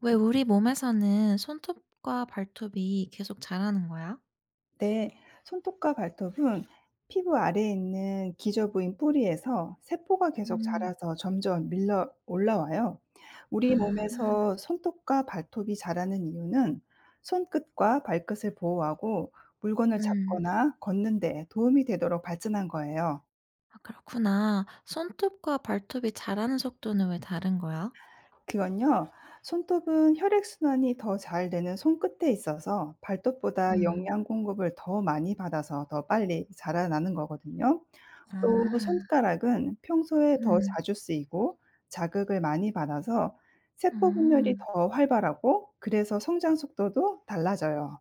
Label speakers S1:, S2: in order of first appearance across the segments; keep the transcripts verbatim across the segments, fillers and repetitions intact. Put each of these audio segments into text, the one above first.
S1: 왜 우리 몸에서는 손톱과 발톱이 계속 자라는 거야?
S2: 네, 손톱과 발톱은 피부 아래에 있는 기저 부인 뿌리에서 세포가 계속
S1: 음,
S2: 자라서 점점 밀려 올라와요. 우리
S1: 아,
S2: 몸에서 손톱과 발톱이 자라는 이유는 손끝과 발끝을 보호하고 물건을
S1: 음,
S2: 잡거나 걷는 데 도움이 되도록 발전한 거예요.
S1: 아, 그렇구나. 손톱과 발톱이 자라는 속도는 왜 다른 거야?
S2: 그건요, 손톱은 혈액순환이 더 잘 되는 손끝에 있어서 발톱보다
S1: 음,
S2: 영양 공급을 더 많이 받아서 더 빨리 자라나는 거거든요. 또
S1: 아,
S2: 손가락은 평소에 음. 더
S1: 음,
S2: 자주 쓰이고 자극을 많이 받아서 세포 분열이
S1: 음,
S2: 더 활발하고, 그래서 성장 속도도 달라져요.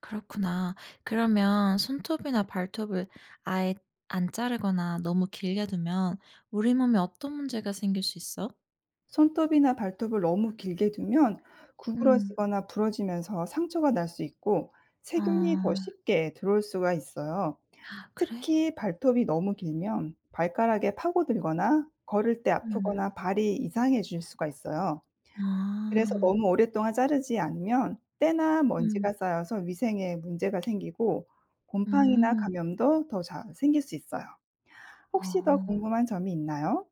S1: 그렇구나. 그러면 손톱이나 발톱을 아예 안 자르거나 너무 길게 두면 우리 몸에 어떤 문제가 생길 수 있어?
S2: 손톱이나 발톱을 너무 길게 두면
S1: 음,
S2: 구부러지거나 부러지면서 상처가 날 수 있고,
S1: 어,
S2: 세균이 더
S1: 아,
S2: 쉽게 들어올 수가 있어요.
S1: 그래?
S2: 특히 발톱이 너무 길면 발가락에 파고들거나 걸을 때
S1: 음,
S2: 아프거나 발이 이상해질 수가 있어요. 그래서
S1: 아,
S2: 너무 오랫동안 자르지 않으면 때나
S1: 음,
S2: 먼지가 쌓여서 위생에 문제가 생기고, 곰팡이나
S1: 음,
S2: 감염도 더 잘 생길 수 있어요. 혹시 더
S1: 어.
S2: 궁금한 점이 있나요?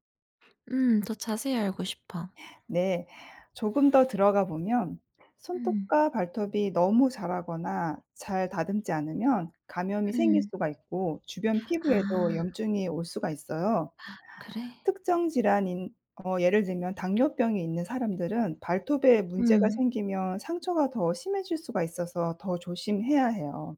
S1: 음. 더 자세히 알고 싶어.
S2: 네. 조금 더 들어가 보면,
S1: 음.
S2: 손톱과 발톱이 너무 자라거나 잘 다듬지 않으면 감염이 생길
S1: 음.
S2: 수가 있고, 주변 피부에도
S1: 아
S2: 염증이 올 수가 있어요.
S1: 그래?
S2: 특정 질환인, 어 예를 들면 당뇨병이 있는 사람들은 발톱에 문제가
S1: 음.
S2: 생기면 상처가 더 심해질 수가 있어서 더 조심해야 해요.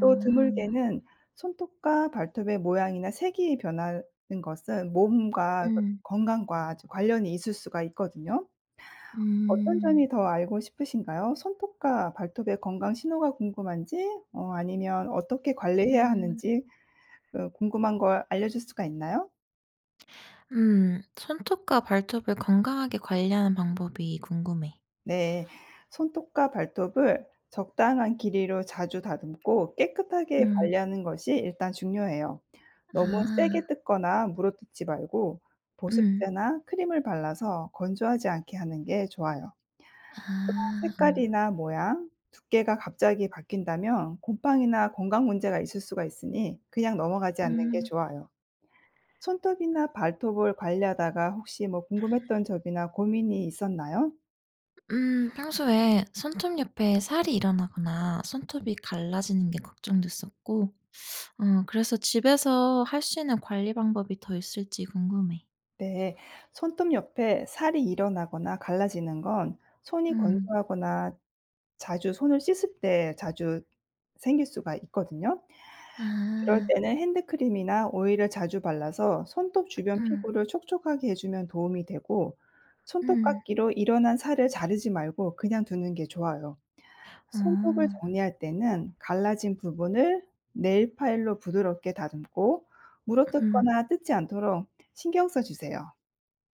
S2: 또 드물게는 손톱과 발톱의 모양이나 색이 변하는 것은 몸과 그
S1: 음.
S2: 건강과 아주 관련이 있을 수가 있거든요. 어떤
S1: 음.
S2: 점이 더 알고 싶으신가요? 손톱과 발톱의 건강 신호가 궁금한지, 어 아니면 어떻게 관리해야
S1: 음.
S2: 하는지, 어, 궁금한 걸 알려 줄 수가 있나요?
S1: 음. 손톱과 발톱을 건강하게 관리하는 방법이 궁금해.
S2: 네. 손톱과 발톱을 적당한 길이로 자주 다듬고 깨끗하게
S1: 음.
S2: 관리하는 것이 일단 중요해요. 너무 세게
S1: 아.
S2: 뜯거나 물어뜯지 말고,
S1: 음.
S2: 보습제나 크림을 발라서 건조하지 않게 하는 게 좋아요.
S1: 아.
S2: 색깔이나 모양, 두께가 갑자기 바뀐다면 곰팡이나 건강 문제가 있을 수가 있으니, 그냥 넘어가지 않는 게
S1: 음.
S2: 좋아요. 손톱이나 발톱을 관리하다가 혹시 뭐 궁금했던 점이나 고민이 있었나요?
S1: 음. 평소에 손톱 옆에 살이 일어나거나 손톱이 갈라지는 게 걱정됐었고 어 그래서 집에서 할 수 있는 관리 방법이 더 있을지 궁금해.
S2: 네. 손톱 옆에 살이 일어나거나 갈라지는 건 손이
S1: 음.
S2: 건조하거나 자주 손을 씻을 때 자주 생길 수가 있거든요. 그럴
S1: 아.
S2: 때는 핸드크림이나 오일을 자주 발라서 손톱 주변
S1: 음.
S2: 피부를 촉촉하게 해 주면 도움이 되고,
S1: 음.
S2: 손톱깎이로 일어난 살을 자르지 말고 그냥 두는 게 좋아요. 손톱을
S1: 어.
S2: 정리할 때는 갈라진 부분을 네일 파일로 부드럽게 다듬고,
S1: 음.
S2: 물어뜯거나 뜯지 않도록 신경 써 주세요.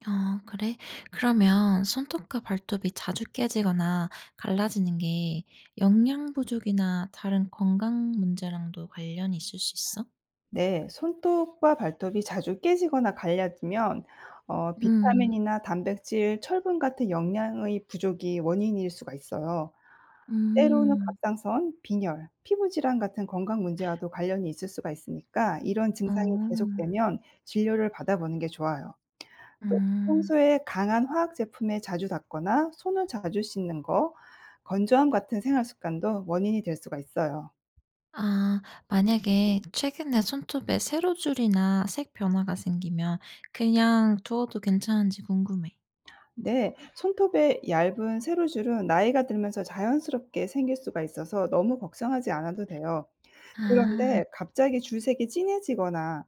S1: 아 그래? 그러면 손톱과 발톱이 자주 깨지거나 갈라지는 게 영양 부족이나 다른 건강 문제랑도 관련이 있을 수 있어?
S2: 네. 손톱과 발톱이 자주 깨지거나 갈라지면, 어
S1: 음.
S2: 비타민이나 단백질, 철분 같은 영양의 부족이 원인일 수가 있어요. 때로는
S1: 음.
S2: 갑상선, 빈혈, 피부 질환 같은 건강 문제와도 관련이 있을 수가 있으니까, 이런 증상이
S1: 어.
S2: 계속되면 진료를 받아보는 게 좋아요. 또
S1: 음.
S2: 평소에 강한 화학 제품에 자주 닿거나 손을 자주 씻는 거, 건조함 같은 생활 습관도 원인이 될 수가 있어요.
S1: 아, 만약에 최근에 손톱에 세로줄이나 색 변화가 생기면 그냥 두어도 괜찮은지 궁금해.
S2: 네. 손톱의 얇은 세로줄은 나이가 들면서 자연스럽게 생길 수가 있어서 너무 걱정하지 않아도 돼요. 네. 그런데
S1: 아.
S2: 갑자기 줄색이 진해지거나 음.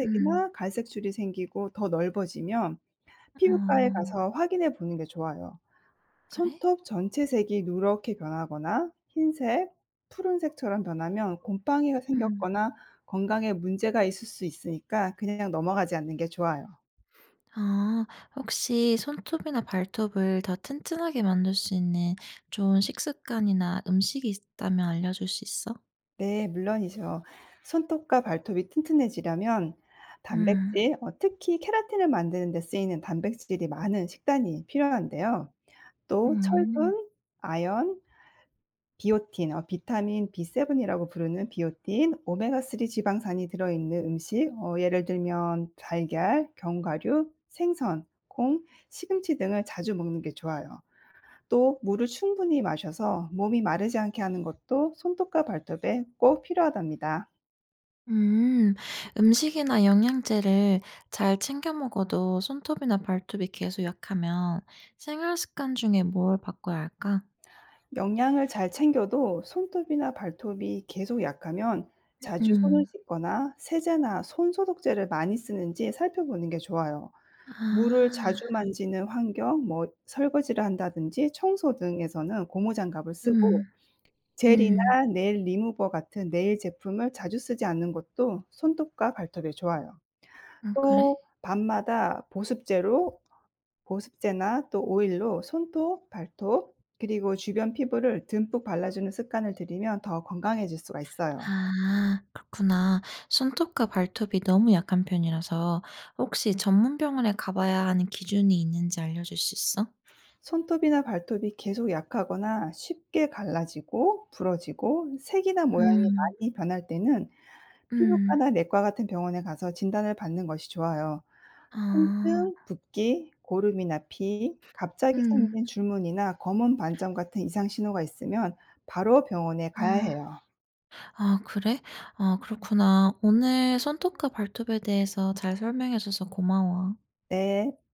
S1: 음.
S2: 갈색 줄이 생기고 더 넓어지면,
S1: 어.
S2: 피부과에 가서 확인해 보는 게 좋아요.
S1: 그래?
S2: 손톱 전체 색이 누렇게 변하거나 흰색, 푸른색처럼 변하면 곰팡이가
S1: 음.
S2: 생겼거나 건강에 문제가 있을 수 있으니까, 그냥 넘어가지 않는 게 좋아요.
S1: 아. 혹시 손톱이나 발톱을 더 튼튼하게 만들 수 있는 좋은 식습관이나 음식이 있다면 알려줄 수 있어?
S2: 네, 물론이죠. 손톱과 발톱이 튼튼해지려면
S1: 음.
S2: 단백질, 어 특히 케라틴을 만드는 데 쓰이는 단백질이 많은 식단이 필요한데요. 또
S1: 음.
S2: 철분, 아연, 비오틴, 어 비타민 비 세븐이라고 부르는 비오틴, 오메가쓰리 지방산이 들어 있는 음식, 어 예를 들면 달걀, 견과류, 생선, 콩, 시금치 등을 자주 먹는 게 좋아요. 또 물을 충분히 마셔서 몸이 마르지 않게 하는 것도 손톱과 발톱에 꼭 필요하답니다.
S1: 음. 음식이나 영양제를 잘 챙겨 먹어도 손톱이나 발톱이 계속 약하면 생활 습관 중에 뭘 바꿔야 할까?
S2: 영양을 잘 챙겨도 손톱이나 발톱이 계속 약하면, 자주 손을
S1: 음.
S2: 씻거나 세제나 손소독제를 많이 쓰는지 살펴보는 게 좋아요. 물을 자주
S1: 아.
S2: 만지는 환경, 뭐 설거지를 한다든지 청소 등에서는 고무장갑을 쓰고,
S1: 음.
S2: 젤이나
S1: 음.
S2: 네일 리무버 같은 네일 제품을 자주 쓰지 않는 것도 손톱과 발톱에 좋아요.
S1: 음 그래?
S2: 또 밤마다 보습제로 보습제나 또 오일로 손톱, 발톱 그리고 주변 피부를 듬뿍 발라주는 습관을 들이면 더 건강해질 수가 있어요.
S1: 아 그렇구나. 손톱과 발톱이 너무 약한 편이라서 혹시 전문 병원에 가 봐야 하는 기준이 있는지 알려줄 수 있어?
S2: 손톱이나 발톱이 계속 약하거나 쉽게 갈라지고 부러지고 색이나 모양이
S1: 음.
S2: 많이 변할 때는
S1: 음.
S2: 피부과나 내과 같은 병원에 가서 진단을 받는 것이 좋아요.
S1: 아.
S2: 통증, 붓기, 고름이나 피, 갑자기
S1: 음.
S2: 생긴 줄무늬나 검은 반점 같은 이상 신호가 있으면 바로 병원에 가야
S1: 아.
S2: 해요.
S1: 아 그래? 아 그렇구나. 오늘 손톱과 발톱에 대해서 잘 설명해 줘서 고마워.
S2: 네.